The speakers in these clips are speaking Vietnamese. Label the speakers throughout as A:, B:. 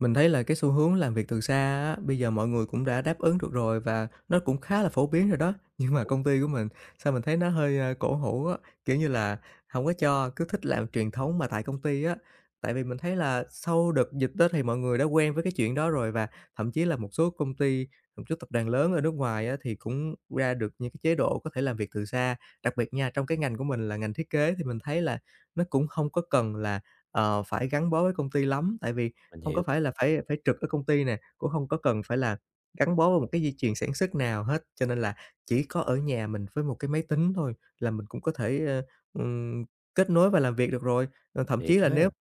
A: Mình thấy là cái xu hướng làm việc từ xa á, bây giờ mọi người cũng đã đáp ứng được rồi và nó cũng khá là phổ biến rồi đó. Nhưng mà công ty của mình, sao mình thấy nó hơi, cổ hủ á, kiểu như là, không có cho, cứ thích làm truyền thống mà tại công ty á. Tại vì mình thấy là sau đợt dịch á thì mọi người đã quen với cái chuyện đó rồi và thậm chí là một số công ty, một số tập đoàn lớn ở nước ngoài á thì cũng ra được những cái chế độ có thể làm việc từ xa. Đặc biệt nha, trong cái ngành của mình là ngành thiết kế thì mình thấy là nó cũng không có cần là, phải gắn bó với công ty lắm, tại vì
B: Mình
A: không có
B: hiểu,
A: phải là phải phải trực ở công ty nè, cũng không có cần phải là gắn bó với một cái dây chuyền sản xuất nào hết, cho nên là chỉ có ở nhà mình với một cái máy tính thôi là mình cũng có thể, ừm, kết nối và làm việc được rồi. Ờ, thậm
B: thiệt
A: chí là nếu,
B: ha.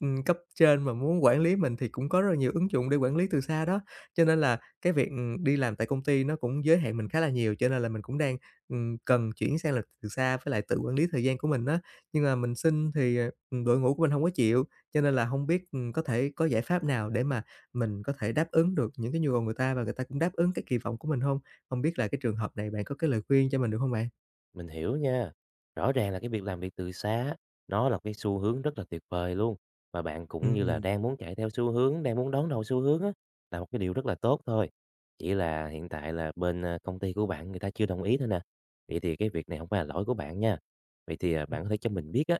A: cấp trên mà muốn quản lý mình thì cũng có rất là nhiều ứng dụng để quản lý từ xa đó. Cho nên là cái việc, đi làm tại công ty nó cũng giới hạn mình khá là nhiều, cho nên là mình cũng đang, cần chuyển sang làm từ xa với lại tự quản lý thời gian của mình á. Nhưng mà mình xin thì, đội ngũ của mình hông có chịu. Cho nên là không biết, có thể có giải pháp nào để mà mình có thể đáp ứng được những cái nhu cầu người ta và người ta cũng đáp ứng cái kỳ vọng của mình không? Không biết là cái trường hợp này bạn có cái lời khuyên cho mình được không bạn?
B: Mình hiểu nha. Rõ ràng là cái việc làm việc từ xa á, nó là cái xu hướng rất là tuyệt vời luôn. Và bạn cũng như là
A: Ừm,
B: đang muốn chạy theo xu hướng, đang muốn đón đầu xu hướng á, là một cái điều rất là tốt thôi. Chỉ là hiện tại là bên công ty của bạn người ta chưa đồng ý thôi nè. Vậy thì cái việc này không phải là lỗi của bạn nha. Vậy thì bạn
A: ừm,
B: có thể cho mình biết á,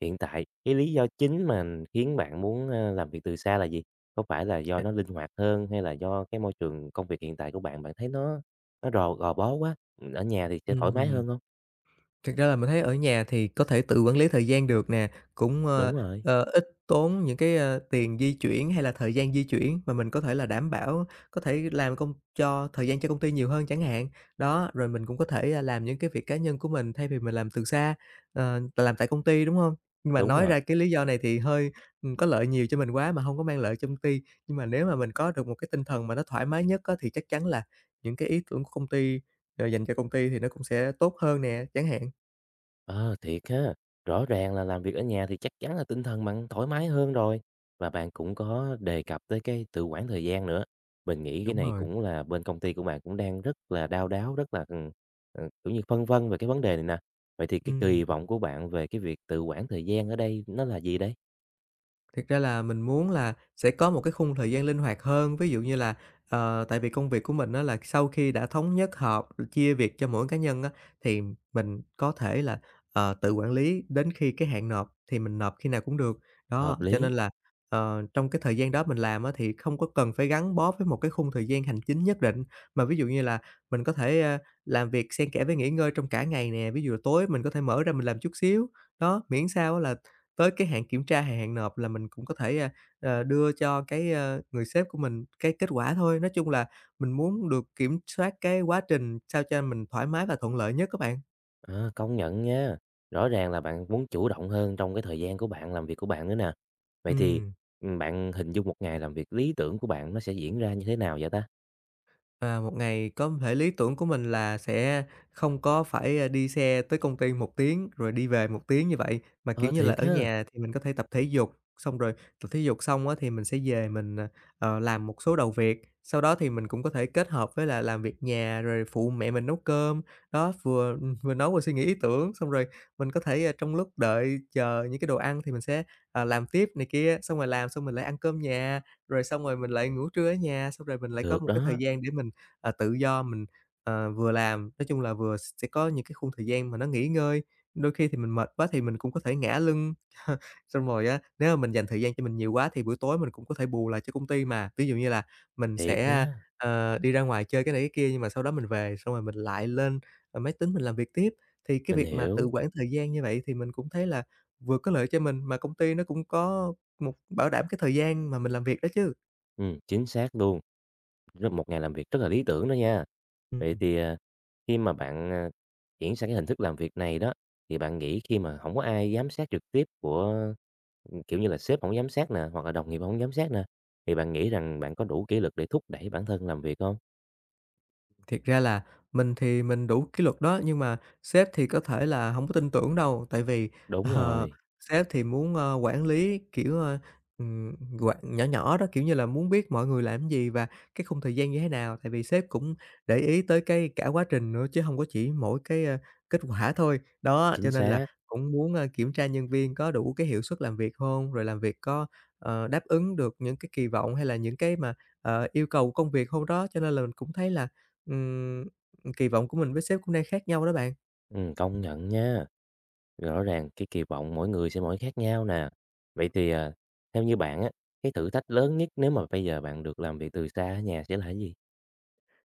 B: hiện tại cái lý do chính mà khiến bạn muốn làm việc từ xa là gì? Có phải là do
A: à,
B: nó linh hoạt hơn hay là do cái môi trường công việc hiện tại của bạn bạn thấy nó gò bó quá, ở nhà thì sẽ thoải mái hơn không?
A: Thực ra là mình thấy ở nhà thì có thể tự quản lý thời gian được nè, cũng,
B: Đúng rồi,
A: ít tốn những cái, tiền di chuyển hay là thời gian di chuyển mà mình có thể là đảm bảo có thể làm công cho thời gian cho công ty nhiều hơn chẳng hạn. Đó, rồi mình cũng có thể, làm những cái việc cá nhân của mình thay vì mình làm từ xa, t làm tại công ty, đúng không? Nhưng mà
B: đúng
A: nói
B: rồi.
A: ra cái lý do này thì hơi, có lợi nhiều cho mình quá mà không có mang lợi cho công ty. Nhưng mà nếu mà mình có được một cái tinh thần mà nó thoải mái nhất á, thì chắc chắn là những cái ý tưởng của công ty, dành cho công ty thì nó cũng sẽ tốt hơn nè, chẳng hạn.
B: Ờ, thiệt ha. Rõ ràng là làm việc ở nhà thì chắc chắn là tinh thần bạn thoải mái hơn rồi. Và bạn cũng có đề cập tới cái tự quản thời gian nữa. Mình nghĩ cái
A: Đúng
B: này
A: rồi.
B: cũng là bên công ty của bạn cũng đang rất là đau đáu, rất là, kiểu như, phân vân về cái vấn đề này nè. Vậy thì cái
A: Ừm,
B: kỳ vọng của bạn về cái việc tự quản thời gian ở đây nó là gì đấy?
A: thiệt ra là mình muốn là sẽ có một cái khung thời gian linh hoạt hơn, ví dụ như là, tại vì công việc của mình á là sau khi đã thống nhất họp, chia việc cho mỗi cá nhân á, thì mình có thể là, tự quản lý đến khi cái hạn nộp thì mình nộp khi nào cũng được. Đó,
B: Hợp
A: cho nên
B: lý.
A: là, trong cái thời gian đó mình làm á thì không có cần phải gắn bó với một cái khung thời gian hành chính nhất định, mà ví dụ như là mình có thể, làm việc xen kẽ với nghỉ ngơi trong cả ngày nè, ví dụ tối mình có thể mở ra mình làm chút xíu. Đó, miễn sao á là tới cái hạn kiểm tra hay hạn nộp là mình cũng có thể, đưa cho cái, người sếp của mình cái kết quả thôi. Nói chung là mình muốn được kiểm soát cái quá trình sao cho mình thoải mái và thuận lợi nhất các bạn.
B: À, công nhận nha. Rõ ràng là bạn muốn chủ động hơn trong cái thời gian của bạn, làm việc của bạn nữa nè. Vậy thì,
A: Ừm.
B: bạn hình dung một ngày làm việc lý tưởng của bạn nó sẽ diễn ra như thế nào vậy ta?
A: À, một ngày có thể lý tưởng của mình là sẽ không có phải, đi xe tới công ty một tiếng rồi đi về một tiếng như vậy, mà, kiểu
B: Ờ,
A: như là,
B: thiệt
A: ở
B: ha,
A: nhà thì mình có thể tập thể dục, xong rồi tập thể dục xong á thì mình sẽ về mình, làm một số đầu việc. Sau đó thì mình cũng có thể kết hợp với là làm việc nhà rồi phụ mẹ mình nấu cơm. Đó, vừa, vừa nấu vừa suy nghĩ ý tưởng, xong rồi mình có thể, trong lúc đợi chờ những cái đồ ăn thì mình sẽ, làm tiếp này kia, xong rồi làm xong mình lại ăn cơm nhà, rồi xong rồi mình lại ngủ trưa ở nhà, xong rồi mình lại có
B: được
A: một cái thời
B: đó,
A: gian để mình tự do mình, vừa làm, nói chung là vừa sẽ có những cái khung thời gian mà nó nghỉ ngơi. Đôi khi thì mình mệt quá thì mình cũng có thể ngả lưng, xong rồi á, nếu mà mình dành thời gian cho mình nhiều quá thì buổi tối mình cũng có thể bù lại cho công ty mà. Ví dụ như là mình
B: thiệt
A: sẽ,
B: nha,
A: đi ra ngoài chơi cái này cái kia nhưng mà sau đó mình về, xong rồi mình lại lên, máy tính mình làm việc tiếp. Thì cái
B: mình
A: việc mà tự
B: hiểu.
A: quản thời gian như vậy thì mình cũng thấy là vừa có lợi cho mình, mà công ty nó cũng có một bảo đảm cái thời gian mà mình làm việc đó chứ.
B: Chính xác luôn. Rất một ngày làm việc rất là lý tưởng đó nha. Vậy
A: Ừm.
B: thì, khi mà bạn, chuyển sang cái hình thức làm việc này đó, thì bạn nghĩ khi mà không có ai giám sát trực tiếp của kiểu như là, sếp không giám sát nè, hoặc là đồng nghiệp không giám sát nè, thì bạn nghĩ rằng bạn có đủ kỷ luật để thúc đẩy bản thân làm việc không?
A: Thiệt ra là mình thì mình đủ kỷ luật đó, nhưng mà sếp thì có thể là hổng có tin tưởng đâu, tại vì,
B: Đúng
A: ờ,
B: rồi,
A: sếp thì muốn, quản lý, kiểu, ừm, quản nhỏ nhỏ đó, kiểu như là, muốn biết mọi người làm gì và cái khung thời gian như thế nào. Tại vì sếp cũng để ý tới cái cả quá trình nữa chứ hông có chỉ mỗi cái, kết quả thôi. Đó, cho
B: chính
A: nên là
B: xác,
A: cũng muốn, kiểm tra nhân viên có đủ cái hiệu suất làm việc hông, rồi làm việc có, đáp ứng được những cái kỳ vọng hay là những cái mà, yêu cầu công việc hông đó. Cho nên là mình cũng thấy là Ừm, kỳ vọng của mình với sếp cũng đang khác nhau đó bạn.
B: công nhận nha. Rõ ràng cái kỳ vọng mỗi người sẽ mỗi khác nhau nè. Vậy thì, theo như bạn á, cái thử thách lớn nhất nếu mà bây giờ bạn được làm việc từ xa ở nhà sẽ là cái gì?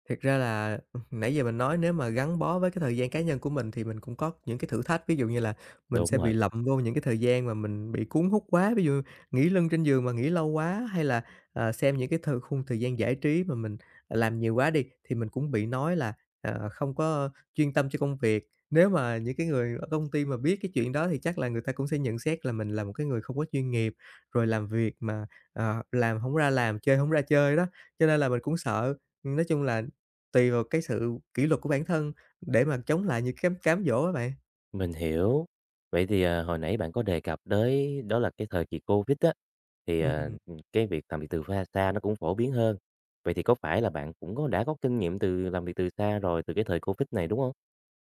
A: Thiệt ra là, nãy giờ mình nói nếu mà gắn bó với cái thời gian cá nhân của mình thì mình cũng có những cái thử thách, ví dụ như là mình sẽ
B: Đúng
A: bị
B: rồi.
A: lậm vô những cái thời gian mà mình bị cuốn hút quá, ví dụ nghỉ lưng trên giường mà nghỉ lâu quá, hay là, xem những cái thời khung thời gian giải trí mà mình, làm nhiều quá đi, thì mình cũng bị nói là, không có chuyên tâm cho công việc. Nếu mà những cái người ở công ty mà biết cái chuyện đó thì chắc là người ta cũng sẽ nhận xét là mình là một cái người không có chuyên nghiệp, rồi làm việc mà, làm không ra làm, chơi không ra chơi đó, cho nên là mình cũng sợ. Nói chung là tùy vào cái sự kỷ luật của bản thân để mà chống lại những cái cám cám dỗ á bạn.
B: Mình hiểu. Vậy thì, hồi nãy bạn có đề cập tới đó là cái thời kỳ Covid á, thì,
A: Ừm.
B: cái việc làm việc từ xa nó cũng phổ biến hơn. Vậy thì có phải là bạn cũng có đã có kinh nghiệm từ làm việc từ xa rồi từ cái thời Covid này, đúng không?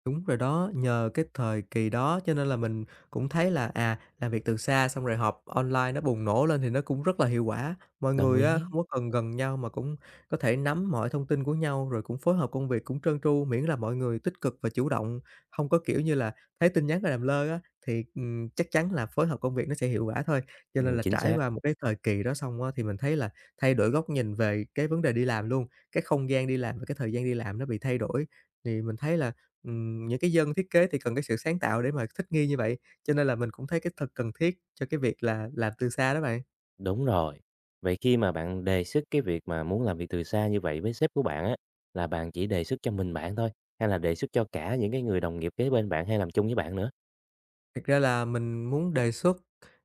A: Đúng rồi đó, nhờ cái thời kỳ đó cho nên là mình cũng thấy là, làm việc từ xa xong rồi họp online nó bùng nổ lên thì nó cũng rất là hiệu quả. Mọi
B: Đồng
A: người á,
B: ý.
A: không có cần gần nhau mà cũng có thể nắm mọi thông tin của nhau, rồi cũng phối hợp công việc cũng trơn tru, miễn là mọi người tích cực và chủ động, không có, kiểu như là, thấy tin nhắn rồi làm lơ á, thì, chắc chắn là phối hợp công việc nó sẽ hiệu quả thôi. Cho nên là
B: Chính
A: trải
B: xác,
A: qua một cái thời kỳ đó xong á, thì mình thấy là thay đổi góc nhìn về cái vấn đề đi làm luôn, cái không gian đi làm và cái thời gian đi làm nó bị thay đổi. Thì mình thấy là những cái dân thiết kế thì cần cái sự sáng tạo để mà thích nghi như vậy, cho nên là mình cũng thấy cái thật cần thiết cho cái việc là làm từ xa đó bạn.
B: đúng rồi. Vậy khi mà bạn đề xuất cái việc mà muốn làm việc từ xa như vậy với sếp của bạn á, là bạn chỉ đề xuất cho mình bạn thôi, hay là đề xuất cho cả những cái người đồng nghiệp kế bên bạn hay làm chung với bạn nữa?
A: Thực ra là mình muốn đề xuất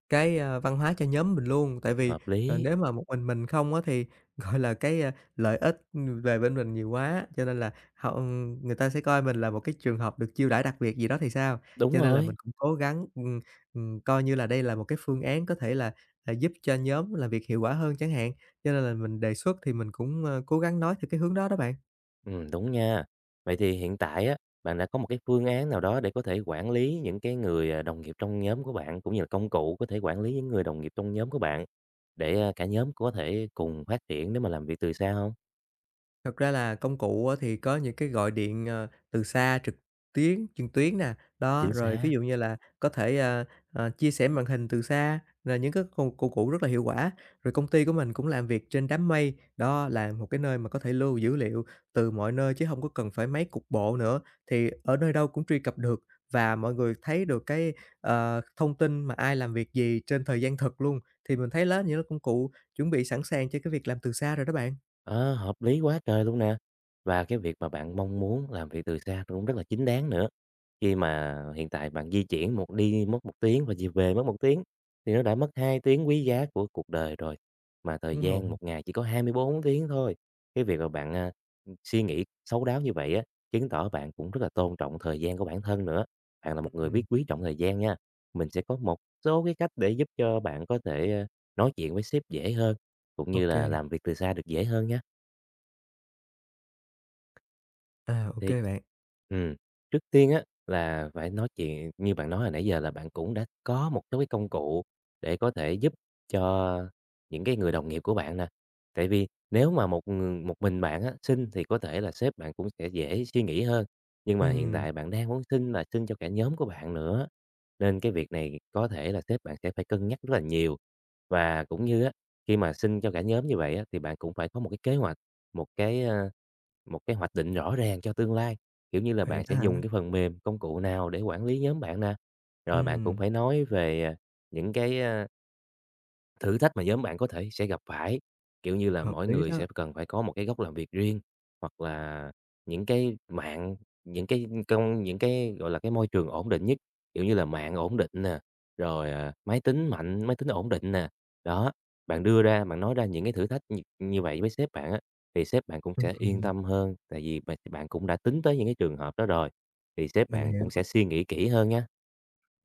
A: cái, văn hóa cho nhóm mình luôn, tại vì,
B: Hợp lý,
A: nếu mà một mình không á thì, gọi là, cái, lợi ích, về bên mình nhiều quá, cho nên là họ ừ, người ta sẽ coi mình là một cái trường hợp được chiêu đãi đặc biệt gì đó thì sao?
B: đúng
A: Cho nên là
B: rồi.
A: mình cũng cố gắng, coi như là đây là một cái phương án có thể là, giúp cho nhóm làm việc hiệu quả hơn chẳng hạn, cho nên là mình đề xuất thì mình cũng, cố gắng nói theo cái hướng đó đó bạn.
B: Đúng nha. Vậy thì hiện tại á, bạn đã có một cái phương án nào đó để có thể quản lý những cái người, đồng nghiệp trong nhóm của bạn, cũng như là công cụ có thể quản lý những người đồng nghiệp trong nhóm của bạn, để, cả nhóm có thể cùng phát triển nếu mà làm việc từ xa không?
A: Thật ra là công cụ á thì có những cái gọi điện, từ xa trực tuyến truyền tuyến nè, đó,
B: Chính
A: rồi ví
B: xác.
A: dụ như là có thể, chia sẻ màn hình từ xa là những cái công công cụ rất là hiệu quả. Rồi công ty của mình cũng làm việc trên đám mây, đó là một cái nơi mà có thể lưu dữ liệu từ mọi nơi chứ hông có cần phải máy cục bộ nữa, thì ở nơi đâu cũng truy cập được và mọi người thấy được cái, thông tin mà ai làm việc gì trên thời gian thực luôn. Thì mình thấy lá những cái công cụ chuẩn bị sẵn sàng cho cái việc làm từ xa rồi đó bạn.
B: Ờ, hợp lý quá trời luôn nè. Và cái việc mà bạn mong muốn làm việc từ xa cũng rất là chính đáng nữa. Khi mà hiện tại bạn di chuyển một đi mất 1 tiếng và về về mất 1 tiếng thì nó đã mất 2 tiếng quý giá của cuộc đời rồi. Mà thời
A: Đúng rồi,
B: gian một ngày chỉ có 24 tiếng thôi. Cái việc mà bạn, suy nghĩ thấu đáo như vậy á, chứng tỏ bạn cũng rất là tôn trọng thời gian của bản thân nữa. Bạn là một người biết
A: ừm.
B: quý trọng thời gian nha. Mình sẽ có một số cái cách để giúp cho bạn có thể, nói chuyện với sếp dễ hơn, cũng như
A: OK,
B: là
A: kê,
B: làm việc từ xa được dễ hơn nha.
A: ô
B: Thì
A: bạn.
B: ừm, trước tiên á, là phải nói chuyện như bạn nói hồi nãy giờ là bạn cũng đã có một số cái công cụ để có thể giúp cho những cái người đồng nghiệp của bạn nè. Tại vì nếu mà một người một mình bạn á, xin thì có thể là sếp bạn cũng sẽ dễ suy nghĩ hơn, nhưng mà hiện
A: Ừm,
B: tại bạn đang muốn xin là xin cho cả nhóm của bạn nữa, nên cái việc này có thể là sếp bạn sẽ phải cân nhắc rất là nhiều. Và cũng như á, khi mà xin cho cả nhóm như vậy á, thì bạn cũng phải có một cái kế hoạch một cái, một cái hoạch định rõ ràng cho tương lai, kiểu như là,
A: vậy
B: bạn
A: đó
B: sẽ
A: hả?
B: dùng cái phần mềm, công cụ nào để quản lý nhóm bạn nè. Rồi bạn cũng
A: Ừm,
B: phải nói về, những cái, thử thách mà nhóm bạn có thể sẽ gặp phải, kiểu như là,
A: hợp
B: mỗi
A: lý
B: người
A: đó.
B: sẽ cần phải có một cái góc làm việc riêng, hoặc là những cái mạng những cái công những cái, gọi là, cái môi trường ổn định nhất, kiểu như là, mạng ổn định nè, rồi, máy tính mạnh, máy tính ổn định nè. Đó, bạn đưa ra, bạn nói ra những cái thử thách như như vậy với sếp bạn á, thì sếp bạn cũng sẽ yên
A: Ừm,
B: tâm hơn, tại vì bạn bạn cũng đã tính tới những cái trường hợp đó rồi, thì sếp
A: mình
B: bạn
A: hiểu.
B: cũng sẽ suy nghĩ kỹ hơn nha.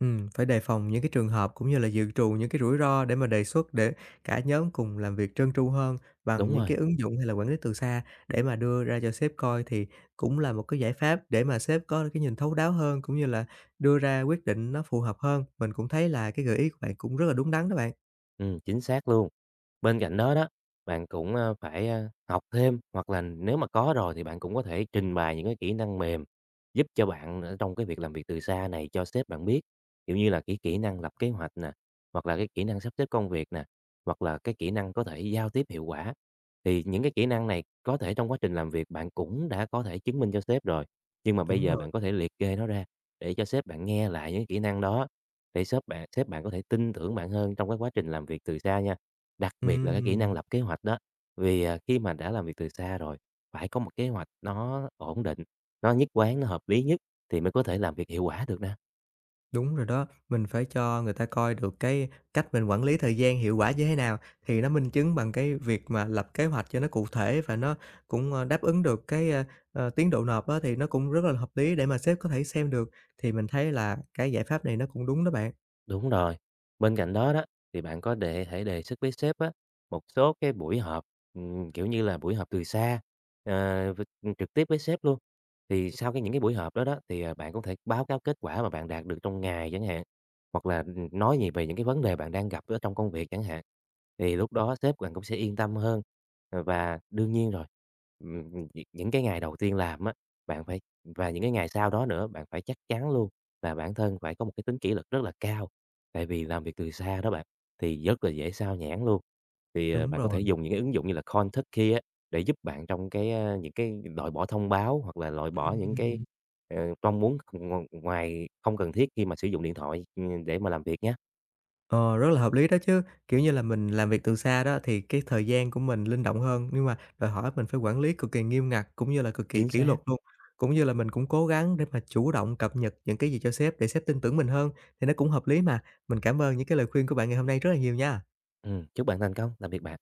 A: Phải đề phòng những cái trường hợp cũng như là dự trù những cái rủi ro để mà đề xuất để cả nhóm cùng làm việc trơn tru hơn bằng
B: Đúng
A: những
B: rồi,
A: cái ứng dụng hay là quản lý từ xa để mà đưa ra cho sếp coi thì cũng là một cái giải pháp để mà sếp có cái nhìn thấu đáo hơn, cũng như là đưa ra quyết định nó phù hợp hơn. Mình cũng thấy là cái gợi ý của bạn cũng rất là đúng đắn đó bạn.
B: chính xác luôn. Bên cạnh đó đó, bạn cũng, phải, học thêm, hoặc là nếu mà có rồi thì bạn cũng có thể trình bày những cái kỹ năng mềm giúp cho bạn ở trong cái việc làm việc từ xa này cho sếp bạn biết, kiểu như là, cái kỹ năng lập kế hoạch nè, hoặc là cái kỹ năng sắp xếp công việc nè, hoặc là cái kỹ năng có thể giao tiếp hiệu quả. Thì những cái kỹ năng này có thể trong quá trình làm việc bạn cũng đã có thể chứng minh cho sếp rồi, nhưng mà bây
A: Đúng
B: giờ
A: rồi.
B: bạn có thể liệt kê nó ra để cho sếp bạn nghe lại những kỹ năng đó, để sếp bạn có thể tin tưởng bạn hơn trong cái quá trình làm việc từ xa nha. Đặc biệt là cái kỹ năng
A: Ừm.
B: lập kế hoạch đó, vì, khi mà đã làm việc từ xa rồi, phải có một kế hoạch nó ổn định, nó nhất quán, nó hợp lý nhất thì mới có thể làm việc hiệu quả được nè.
A: Đúng rồi đó, mình phải cho người ta coi được cái cách mình quản lý thời gian hiệu quả như thế nào, thì nó minh chứng bằng cái việc mà lập kế hoạch cho nó cụ thể và nó cũng, đáp ứng được cái, tiến độ nộp á, thì nó cũng rất là hợp lý để mà sếp có thể xem được. Thì mình thấy là cái giải pháp này nó cũng đúng đó bạn.
B: Đúng rồi. Bên cạnh đó đó thì bạn có thể đề xuất với sếp á, một số cái buổi họp, kiểu như là, buổi họp từ xa, ờ, v trực tiếp với sếp luôn. Thì sau cái những cái buổi họp đó đó thì, bạn cũng thể báo cáo kết quả mà bạn đạt được trong ngày chẳng hạn, hoặc là, nói gì về những cái vấn đề bạn đang gặp ở trong công việc chẳng hạn. Thì lúc đó sếp bạn cũng sẽ yên tâm hơn. Ờ, và đương nhiên rồi, những cái ngày đầu tiên làm á, bạn phải và những cái ngày sau đó nữa, bạn phải chắc chắn luôn là bản thân phải có một cái tính kỷ luật rất là cao. Tại vì làm việc từ xa đó bạn, thì rất là dễ sao nhãng luôn. Thì,
A: Đúng
B: bạn có thể
A: rồi.
B: dùng những cái ứng dụng như là Contiki á, để giúp bạn trong cái, những cái loại bỏ thông báo hoặc là loại bỏ những cái,
A: Ừm.
B: mong muốn ngoài không cần thiết khi mà sử dụng điện thoại, để mà làm việc nhé.
A: Ờ, rất là hợp lý đó chứ, kiểu như là, mình làm việc từ xa đó thì cái thời gian của mình linh động hơn, nhưng mà đòi hỏi mình phải quản lý cực kỳ nghiêm ngặt, cũng như là cực kỳ
B: Chính
A: kỷ luật
B: xác.
A: luôn. Cũng như là mình cũng cố gắng để mà chủ động cập nhật những cái gì cho sếp để sếp tin tưởng mình hơn, thì nó cũng hợp lý mà. Mình cảm ơn những cái lời khuyên của bạn ngày hôm nay rất là nhiều nha.
B: Chúc bạn thành công, làm việc bạn.